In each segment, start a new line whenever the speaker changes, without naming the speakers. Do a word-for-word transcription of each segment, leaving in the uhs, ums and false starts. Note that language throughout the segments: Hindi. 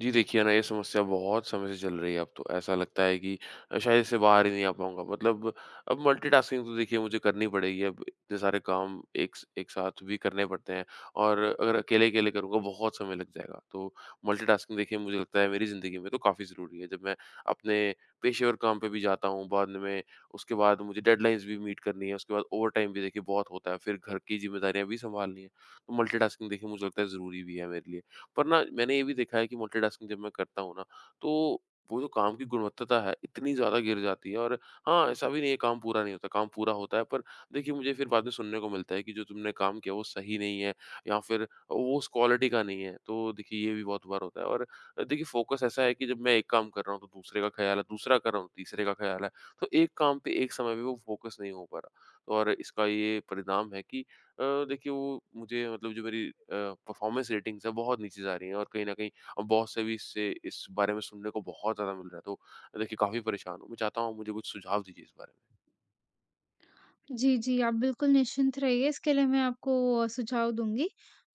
जी देखिए ना, ये समस्या बहुत समय से चल रही है अब तो। ऐसा लगता है कि अ, शायद इससे बाहर ही नहीं आ पाऊँगा। मतलब अब मल्टीटास्किंग तो देखिए मुझे करनी पड़ेगी अब, इतने सारे काम एक स एक साथ भी करने पड़ते हैं और अगर अकेले-अकेले करूँगा बहुत समय लग जाएगा। तो मल्टीटास्किंग देखिए मुझे लगता है मेरी ज़िंदगी में तो काफ़ी ज़रूरी है। जब मैं अपने पेशेवर काम पे भी जाता हूँ बाद में, उसके बाद मुझे डेडलाइन्स भी मीट करनी है, उसके बाद ओवरटाइम भी देखिए बहुत होता है, फिर घर की ज़िम्मेदारियाँ भी सँभालनी हैं। तो मल्टीटास्किंग देखिए मुझे लगता है ज़रूरी भी है मेरे लिए। पर ना मैंने ये भी देखा है कि मल्टीटास्किंग जब मैं करता हूँ ना तो वो जो काम की गुणवत्ता है इतनी ज़्यादा गिर जाती है और हाँ, ऐसा भी नहीं है काम पूरा नहीं होता, काम पूरा होता है पर देखिए मुझे फिर बाद में सुनने को मिलता है कि जो तुमने काम किया वो सही नहीं है, या फिर वो उस क्वालिटी का नहीं है। तो देखिए ये भी बहुत बार होता है। और देखिए फ़ोकस ऐसा है कि जब मैं एक काम कर रहा हूँ तो दूसरे का ख़्याल है, दूसरा कर रहा हूँ तो तीसरे का ख़्याल है। तो एक काम पे एक समय में वो फ़ोकस नहीं हो पा रहा, तो और इसका ये परिणाम है कि अ, देखिए वो मुझे, मतलब, जो मेरी परफॉर्मेंस रेटिंग्स है बहुत नीचे जा रही हैं, और कहीं ना कहीं अब बॉस से भी इससे इस बारे में सुनने को बहुत ज़्यादा मिल रहा है। तो देखिए काफ़ी परेशान हूँ, मैं चाहता हूँ मुझे कुछ सुझाव दीजिए इस बारे में।
जी, जी, आप बिल्कुल निश्चिंत रहिए इसके लिए मैं आपको अ, सुझाव दूँगी।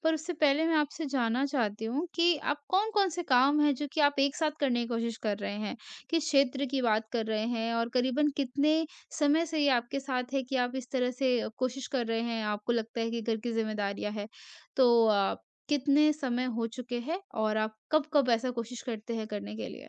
पर उससे पहले मैं आपसे जानना चाहती हूँ कि आप कौन-कौन से काम हैं जो कि आप एक साथ करने की कोशिश कर रहे हैं? किस क्षेत्र की बात कर रहे हैं और करीबन कितने समय से ये आपके साथ है कि आप इस तरह से अ, कोशिश कर रहे हैं, आपको लगता है कि घर की ज़िम्मेदारियाँ हैं? तो अ, कितने समय हो चुके हैं और आप कब-कब ऐसा कोशिश करते हैं करने के लिए?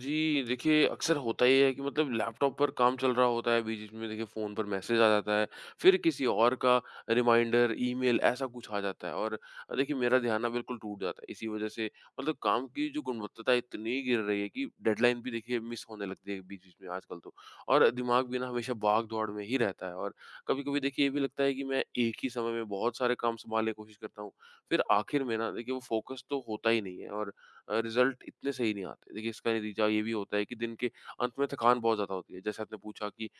जी, देखिए अक्सर होता ही है कि, मतलब, लैपटॉप पर काम चल रहा होता है, बीच-बीच में देखिए फ़ोन पर मैसेज आ जाता है, फिर किसी और का रिमाइंडर, ईमेल ऐसा कुछ आ जाता है, और देखिए मेरा ध्यान ना बिल्कुल टूट जाता है। इसी वजह से, मतलब, काम की जो गुणवत्ता है इतनी गिर रही है कि डेडलाइन भी देखिए मिस होने लगती है बीच-बीच में आजकल तो। और दिमाग भी ना हमेशा भाग-दौड़ में ही रहता है, और कभी-कभी देखिए ये भी लगता है कि मैं एक ही समय में बहुत सारे काम सँभालने की कोशिश करता हूँ, फिर आखिर में ना देखिए वो फ़ोकस तो होता ही नहीं है, और अ, रिज़ल्ट इतने सही नहीं आते। देखिए इसका नतीजा ये भी होता है कि दिन के अंत में थकान बहुत ज़्यादा होती है। जैसे आपने पूछा कि अ,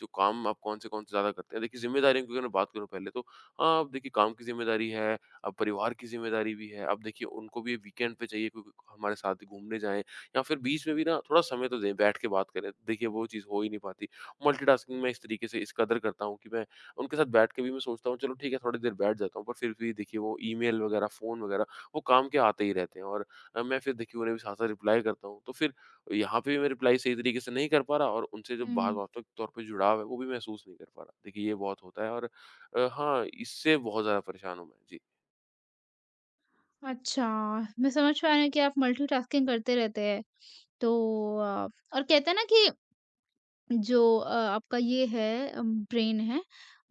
जो काम आप कौन-से-कौन से कौन से ज़्यादा करते हैं। देखिए ज़िम्मेदारियों की अगर मैं बात करूँ पहले, तो हाँ, अब देखिए काम की ज़िम्मेदारी है, अब परिवार की ज़िम्मेदारी भी है। अब देखिए उनको भी वीकेंड पे चाहिए क्योंकि हमारे साथ घूमने जाएँ, या फिर बीच में भी ना थोड़ा समय तो दें, बैठ के बात करें। देखिए वो चीज़ हो ही नहीं पाती। मल्टीटास्किंग मैं इस तरीके से, इस कदर करता हूँ कि मैं उनके साथ बैठ के भी मैं सोचता हूँ, चलो ठीक है थोड़ी देर बैठ जाता हूँ। पर फिर भी देखिए वो ईमेल वगैरह, फ़ोन वगैरह, वो काम के आते ही रहते हैं, और अ, मैं फिर देखिए उन्हें भी साथ-साथ रिप्लाई करता हूँ। तो फिर यहाँ पे भी मैं रिप्लाई सही तरीके से नहीं कर पा रहा, और उनसे जो भाव
हुँ,
भावात्मक तौर पे जुड़ाव है वो भी महसूस नहीं कर पा रहा। देखिए ये बहुत होता है। और अ, हाँ, इससे बहुत ज़्यादा परेशान हूँ मैं। जी।
अच्छा, मैं समझ पा रही हूँ कि आप मल्टीटास्किंग करते रहते हैं। तो अ, और कहते हैं ना कि जो अ, आपका ये है ब्रेन है,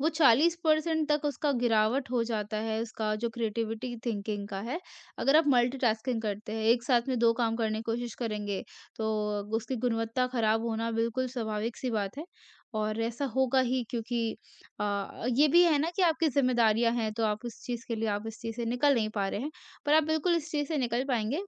वो चालीस प्रतिशत तक उसका गिरावट हो जाता है, उसका जो क्रिएटिविटी थिंकिंग का है। अगर आप मल्टीटास्किंग करते हैं, एक साथ में दो काम करने की कोशिश करेंगे, तो उसकी गुणवत्ता खराब होना बिल्कुल स्वाभाविक-सी बात है और ऐसा होगा ही, क्योंकि अ, ये भी है ना कि आपकी ज़िम्मेदारियाँ हैं तो आप उस चीज़ के लिए आप इस चीज़ से निकल नहीं पा रहे हैं। पर आप बिल्कुल इस चीज़ से निकल पाएँगे।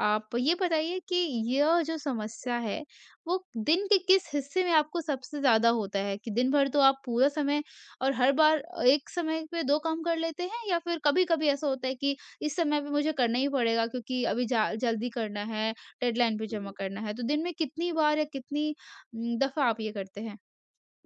आप ये बताइए कि यह जो समस्या है, वो दिन के किस हिस्से में आपको सबसे ज़्यादा होता है? कि दिन भर तो आप पूरा समय और हर बार एक समय पे दो काम कर लेते हैं, या फिर कभी-कभी ऐसा होता है कि इस समय पे मुझे करना ही पड़ेगा क्योंकि अभी जा जल्दी करना है, डेडलाइन पे
हुँ,
जमा
हुँ।
करना है। तो दिन में कितनी बार या कितनी उम, दफ़ा आप ये करते हैं?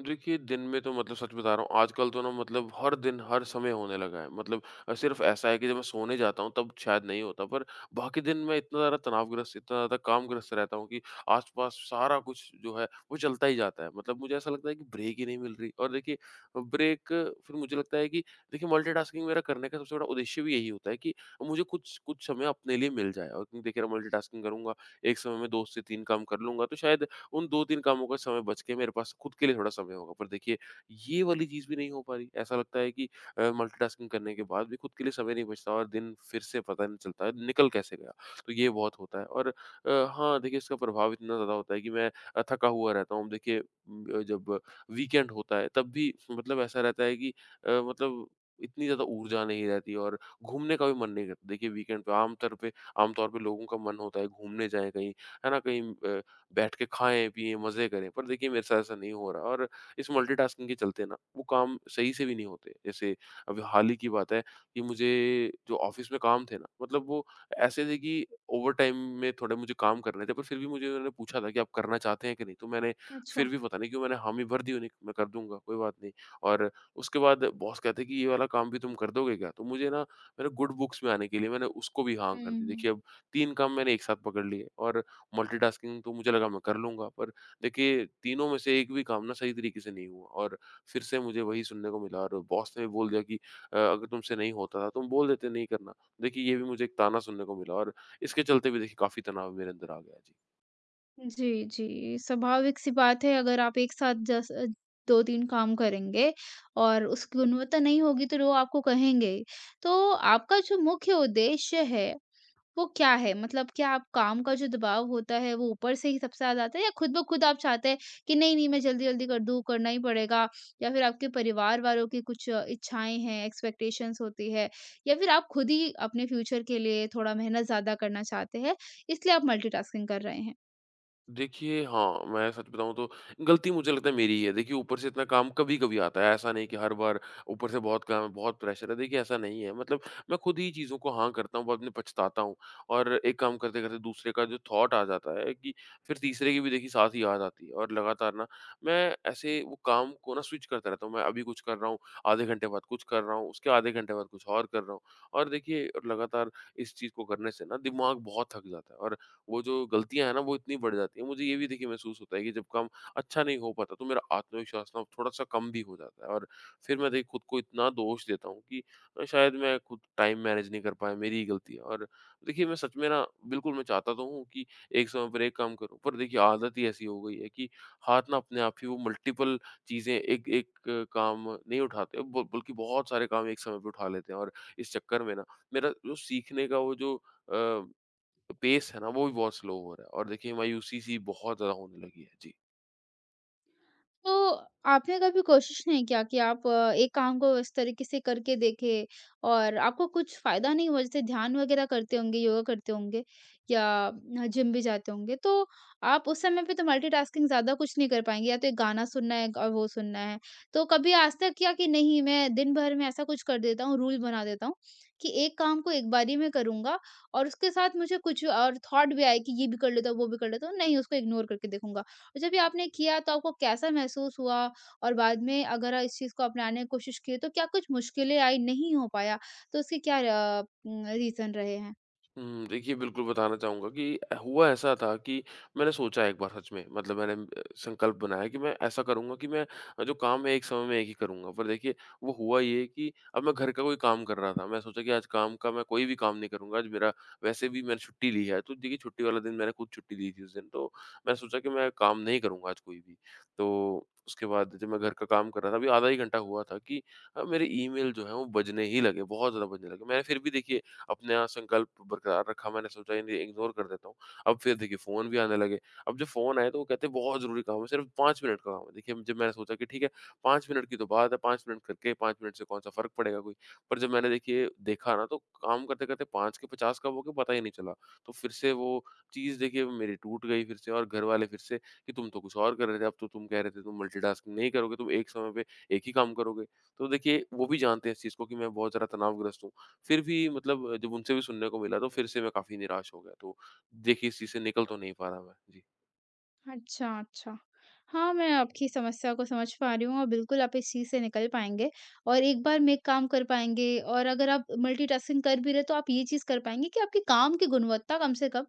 देखिए, दिन में तो, मतलब, सच बता रहा हूँ, आजकल तो ना, मतलब, हर दिन, हर समय होने लगा है। मतलब अ, सिर्फ़ ऐसा है कि जब मैं सोने जाता हूँ, तब शायद नहीं होता, पर बाकी दिन मैं इतना ज़्यादा तनावग्रस्त, इतना ज़्यादा कामग्रस्त रहता हूँ कि आस-पास सारा कुछ जो है, वो चलता ही जाता है। मतलब मुझे ऐसा लगता है कि ब्रेक ही नहीं मिल रही। और देखिए, ब्रेक, फिर मुझे लगता है कि देखिए, मल्टीटास्किंग मेरा करने का सबसे बड़ा उद्देश्य भी यही होता है कि मुझे कुछ कुछ समय अपने लिए मिल जाए, और क्योंकि देखिए, मल्टीटास्किंग करूँगा, एक समय में दो से तीन काम कर लूँगा, तो शायद उन दो-तीन कामों का समय बच के मेरे पास खुद के लिए थोड़ा समय होगा। पर देखिए ये वाली चीज़ भी नहीं हो पा रही। ऐसा लगता है कि अ, मल्टीटास्किंग करने के बाद भी खुद के लिए समय नहीं बचता, और दिन फिर से पता नहीं चलता है निकल कैसे गया। तो ये बहुत होता है। और अ, हाँ, देखिए इसका प्रभाव इतना ज़्यादा होता है कि मैं अ, थका हुआ रहता हूँ। देखिए उम, जब वीकेंड होता है तब भी, मतलब, ऐसा रहता है कि अ, मतलब इतनी ज़्यादा ऊर्जा नहीं रहती और घूमने का भी मन नहीं करता। देखिए वीकेंड पे आम तौर पे आम तौर पे लोगों का मन होता है घूमने जाएँ कहीं, है ना? कहीं अ, बैठ के खाएँ, पिएँ, मज़े करें। पर देखिए मेरे साथ ऐसा नहीं हो रहा, और इस मल्टीटास्किंग के चलते ना वो काम सही से भी नहीं होते। जैसे अभी हाल ही की बात है कि मुझे, जो ऑफ़िस में काम थे ना, मतलब, वो ऐसे थे कि ओवरटाइम में थोड़े मुझे काम करने थे, पर फिर भी मुझे उन्होंने पूछा था कि आप करना चाहते हैं कि नहीं? तो मैंने
अच्छा।
फिर भी पता नहीं क्यों मैंने हामी भर दी उन्हें, कि मैं कर दूँगा, कोई बात नहीं। और उसके बाद बॉस कहते हैं कि ये वाला काम भी तुम कर दोगे क्या? तो मुझे ना, मैंने गुड बुक्स में आने के लिए मैंने उसको भी हाँ
हुँ,
कर दी। देखिए
हुँ।
अब तीन काम मैंने एक साथ पकड़ लिए, और मल्टीटास्किंग तो मुझे लगा मैं कर लूँगा, पर देखिए तीनों में से एक भी काम ना सही तरीके से नहीं हुआ। और फिर से मुझे वही सुनने को मिला, और बॉस ने भी बोल दिया कि अ, "अगर तुमसे नहीं होता था, तुम बोल देते नहीं करना।" देखिए ये भी मुझे एक ताना सुनने को मिला, और इसके चलते भी देखिए काफ़ी तनाव मेरे अंदर आ गया। जी।
जी, जी। स्वाभाविक सी बात है, अगर आप एक साथ जस अ, दो-तीन काम करेंगे और उसकी गुणवत्ता नहीं होगी तो लोग आपको कहेंगे। तो आपका जो मुख्य उद्देश्य है वो क्या है? मतलब, क्या आप काम का जो दबाव होता है वो ऊपर से ही सबसे ज़्यादा आता है, या खुद ब खुद आप चाहते हैं कि नहीं-नहीं मैं जल्दी-जल्दी कर दूँ, करना ही पड़ेगा? या फिर आपके परिवार वालों की कुछ इच्छाएँ हैं, एक्सपेक्टेशंस होती है, या फिर आप खुद ही अपने फ्यूचर के लिए थोड़ा मेहनत ज़्यादा करना चाहते हैं, इसलिए आप मल्टीटास्किंग कर रहे हैं?
देखिए, हाँ, मैं सच बताऊँ तो गलती मुझे लगता है मेरी ही है। देखिए, ऊपर से इतना काम कभी-कभी आता है, ऐसा नहीं कि हर बार ऊपर से बहुत काम है, बहुत प्रेशर है, देखिए ऐसा नहीं है। मतलब मैं खुद ही चीज़ों को हाँ करता हूँ, बाद में पछताता हूँ, और एक काम करते-करते दूसरे का जो थॉट आ जाता है कि फिर तीसरे की भी देखिए साथ ही याद आती है, और लगातार ना मैं ऐसे वो काम को ना स्विच करता रहता हूँ। मैं अभी कुछ कर रहा हूँ, आधे घंटे बाद कुछ कर रहा हूँ, उसके आधे घंटे बाद कुछ और कर रहा हूँ, और देखिए, और लगातार इस चीज़ को करने से ना दिमाग बहुत थक जाता है, और वो जो गलतियाँ हैं ना वो इतनी बढ़ जाती हैं। मुझे ये भी देखिए महसूस होता है कि जब काम अच्छा नहीं हो पाता तो मेरा आत्मविश्वास ना थोड़ा-सा कम भी हो जाता है, और फिर मैं देखिए खुद को इतना दोष देता हूँ कि अ, शायद मैं खुद टाइम मैनेज नहीं कर पाया, मेरी ही गलती है। और देखिए मैं सच में ना, बिल्कुल मैं चाहता तो हूँ कि एक समय पर एक काम करूँ, पर देखिए आदत ही ऐसी हो गई है कि हाथ ना अपने आप ही वो मल्टीपल चीज़ें एक एक अ, काम नहीं उठाते, ब बल्कि बहुत सारे काम एक समय पे उठा लेते हैं, और इस चक्कर में ना मेरा जो सीखने का वो, जो अ, पेस है ना, वो भी बहुत स्लो हो रहा है, और देखिए मायूसी-सी बहुत ज़्यादा होने लगी है। जी।
तो आपने कभी कोशिश नहीं किया कि आप अ, एक काम को इस तरीके से करके देखें और आपको कुछ फायदा नहीं हुआ? जैसे ध्यान वगैरह करते होंगे, योगा करते होंगे, या जिम भी जाते होंगे, तो आप उस समय पे तो मल्टीटास्किंग ज्यादा कुछ नहीं कर पाएंगे, या तो एक गाना सुनना है और वो सुनना है। तो कभी आज तक किया कि नहीं, मैं दिन भर में ऐसा कुछ कर देता हूँ, रूल बना देता हूँ कि एक काम को एक बारी में करूंगा, और उसके साथ मुझे कुछ और थॉट भी आए कि ये भी कर लेता हूँ वो भी कर लेता हूँ, नहीं, उसको इग्नोर करके देखूंगा? और जब ये आपने किया तो आपको कैसा महसूस हुआ? और बाद में अगर इस चीज़ को अपनाने की कोशिश की, तो क्या कुछ मुश्किलें आई, नहीं हो पाया, तो उसके क्या र अ, रीज़न रहे हैं?
हुँ, देखिए बिल्कुल बताना चाहूँगा कि हुआ ऐसा था कि मैंने सोचा एक बार सच में, मतलब मैंने अ, संकल्प बनाया कि मैं ऐसा करूँगा कि मैं जो काम है एक समय में एक ही करूँगा। पर देखिए वो हुआ ये कि अब मैं घर का कोई काम कर रहा था। मैं सोचा कि आज काम का मैं कोई भी काम नहीं करूँगा। आज मेरा, वैसे भी मैंने छुट्टी ली है। तो देखिए छुट्टी वाला दिन, मैंने खुद छुट्टी ली थी उस दिन। तो मैंने सोचा कि मैं काम नहीं करूँगा आज कोई भी। तो उसके बाद जब मैं घर का काम कर रहा था, अभी आधा ही घंटा हुआ था कि अ, मेरे ईमेल जो है वो बजने ही लगे, बहुत ज़्यादा बजने लगे। मैंने फिर भी देखिए अपना संकल्प बरकरार रखा, मैंने सोचा ये नहीं, इग्नोर कर देता हूँ। अब फिर देखिए फ़ोन भी आने लगे। अब जब फ़ोन आए तो वो कहते हैं बहुत ज़रूरी काम है, सिर्फ़ पाँच मिनट का काम है। देखिए जब मैंने सोचा कि ठीक है, पाँच मिनट की तो बात है, पाँच मिनट करके, पाँच मिनट से कौन-सा फ़र्क पड़ेगा कोई। पर जब मैंने देखिए देखा ना, तो काम करते-करते पाँच के पचास कब हो गए पता ही नहीं चला। तो फिर से वो चीज़ देखिए मेरी टूट गई फिर से, और घरवाले फिर से कि तुम तो कुछ और कर रहे थे, अब तो तुम कह रहे थे तुम मल्टीटास्किंग नहीं करोगे, तुम एक समय पे एक ही काम करोगे। तो देखिए वो भी जानते हैं इस चीज़ को कि मैं बहुत ज़्यादा तनावग्रस्त हूँ। फिर भी, मतलब, जब उनसे भी सुनने को मिला तो फिर से मैं काफ़ी निराश हो गया। तो देखिए इस चीज़ से निकल तो नहीं पा रहा मैं। जी।
अच्छा, अच्छा। हाँ, मैं आपकी समस्या को समझ पा रही हूँ, और बिल्कुल आप इस चीज़ से निकल पाएँगे और एक बार में एक काम कर पाएँगे, और अगर आप मल्टीटास्किंग कर भी रहे, तो आप ये चीज़ कर पाएँगे कि आपके काम की गुणवत्ता कम से कम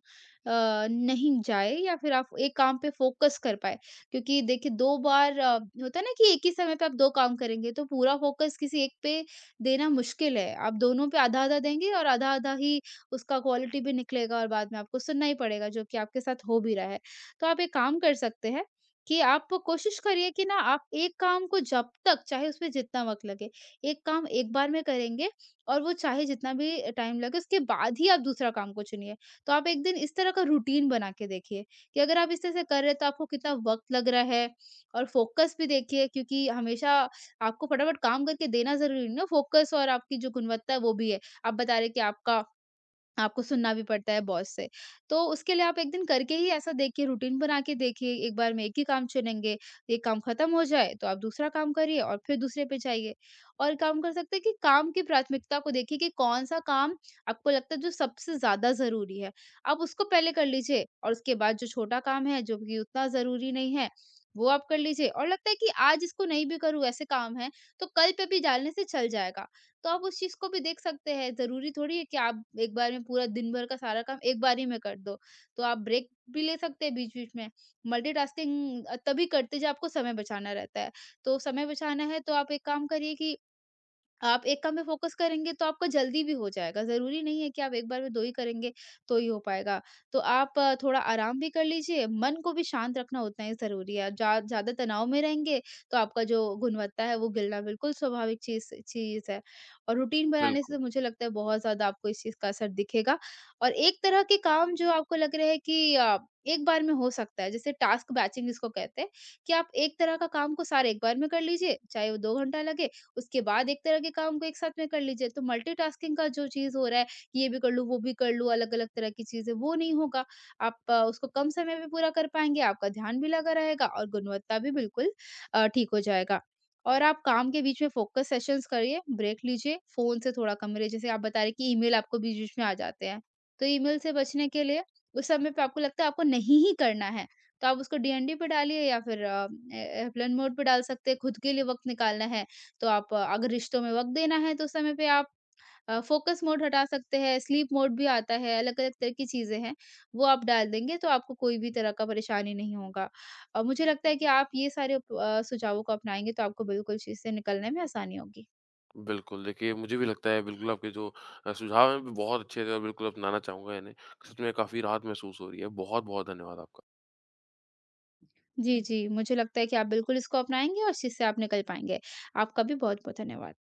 अ, नहीं जाए, या फिर आप एक काम पे फ़ोकस कर पाएँ। क्योंकि देखिए, दो बार अ, होता है ना कि एक ही समय पे आप दो काम करेंगे, तो पूरा फ़ोकस किसी एक पे देना मुश्किल है। आप दोनों पे आधा-आधा देंगे और आधा-आधा ही उसका क्वालिटी भी निकलेगा, और बाद में आपको सुनना ही पड़ेगा, जो कि आपके साथ हो भी रहा है। तो आप एक काम कर सकते हैं कि आप कोशिश करिए कि ना आप एक काम को, जब तक चाहे उसमें जितना वक़्त लगे, एक काम एक बार में करेंगे, और वो चाहे जितना भी टाइम लगे, उसके बाद ही आप दूसरा काम को चुनिए। तो आप एक दिन इस तरह का रूटीन बना के देखिए कि अगर आप इस तरह से कर रहे हैं तो आपको कितना वक़्त लग रहा है, और फ़ोकस भी देखिए, क्योंकि हमेशा आपको फटाफट काम करके देना ज़रूरी नहीं है, फ़ोकस और आपकी जो गुणवत्ता है वो भी है। आप बता रहे हैं कि आपका आपको सुनना भी पड़ता है बॉस से। तो उसके लिए आप एक दिन करके ही ऐसा देखिए, रूटीन बना के देखिए, एक बार में एक ही काम चुनेंगे, एक काम खत्म हो जाए तो आप दूसरा काम करिए, और फिर दूसरे पे जाइए। और काम कर सकते हैं कि काम की प्राथमिकता को देखिए कि कौन-सा काम आपको लगता है जो सबसे ज़्यादा ज़रूरी है, आप उसको पहले कर लीजिए, और उसके बाद जो छोटा काम है, जो कि उतना ज़रूरी नहीं है, वो आप कर लीजिए। और लगता है कि आज इसको नहीं भी करूँ, ऐसे काम हैं, तो कल पे भी डालने से चल जाएगा। तो आप उस चीज़ को भी देख सकते हैं। ज़रूरी थोड़ी है कि आप एक बार में पूरा दिन भर का सारा काम एक बारी में कर दो। तो आप ब्रेक भी ले सकते हैं बीच-बीच में। मल्टीटास्किंग अ, तभी करते जब आपको समय बचाना रहता है। तो समय बचाना है तो आप एक काम करिए कि आप एक काम में फ़ोकस करेंगे तो आपका जल्दी भी हो जाएगा, ज़रूरी नहीं है कि आप एक बार में दो ही करेंगे, तो ही हो पाएगा। तो आप अ, थोड़ा आराम भी कर लीजिए, मन को भी शांत रखना उतना ही ज़रूरी है। जा ज़्यादा तनाव में रहेंगे तो आपका जो गुणवत्ता है वो गिरना बिल्कुल स्वाभाविक चीज़ चीज़ है। और रूटीन बनाने से
बिल्कुल,
तो मुझे लगता है बहुत ज़्यादा आपको इस चीज़ का असर दिखेगा। और एक तरह के काम जो आपको लग रहा है कि अ, एक बार में हो सकता है, जैसे टास्क बैचिंग जिसको कहते हैं, कि आप एक तरह का काम को सारे एक बार में कर लीजिए, चाहे वो दो घंटा लगे, उसके बाद एक तरह के काम को एक साथ में कर लीजिए, तो मल्टीटास्किंग का जो चीज़ हो रहा है कि ये भी कर लूँ, वो भी कर लूँ, अलग-अलग तरह की चीज़ें, वो नहीं होगा। आप अ, उसको कम समय में पूरा कर पाएँगे, आपका ध्यान भी लगा रहेगा और गुणवत्ता भी बिल्कुल अ, ठीक हो जाएगा। और आप काम के बीच में फ़ोकस सेशंस करिए, ब्रेक लीजिए, फ़ोन से थोड़ा कम रहिए। जैसे आप बता रहे कि ईमेल आपको बीच-बीच में आ जाते हैं, तो ईमेल से बचने के लिए उस समय पे आपको लगता है आपको नहीं ही करना है, तो आप उसको डी एन डी पे डालिए, या फिर अ, ए एयरप्लेन मोड पे डाल सकते हैं, खुद के लिए वक़्त निकालना है, तो आप अ, अगर रिश्तों में वक़्त देना है तो उस समय पे आप अ, फ़ोकस मोड हटा सकते हैं, स्लीप मोड भी आता है, अलग-अलग तरह की चीज़ें हैं, वो आप डाल देंगे तो आपको कोई भी तरह का परेशानी नहीं होगा। अ, मुझे लगता है कि आप ये सारे उप अ, सुझावों को अपनाएँगे तो आपको बिल्कुल इस चीज़ से निकलने में आसानी होगी।
बिल्कुल। देखिए मुझे भी लगता है बिल्कुल आपके जो अ, सुझाव हैं वो बहुत अच्छे थे, और बिल्कुल अपनाना चाहूँगा इन्हें। सच में काफ़ी राहत महसूस हो रही है। बहुत-बहुत धन्यवाद आपका।
जी, जी, मुझे लगता है कि आप बिल्कुल इसको अपनाएँगे और इस चीज़ से आप निकल पाएँगे। आपका भी बहुत-बहुत धन्यवाद।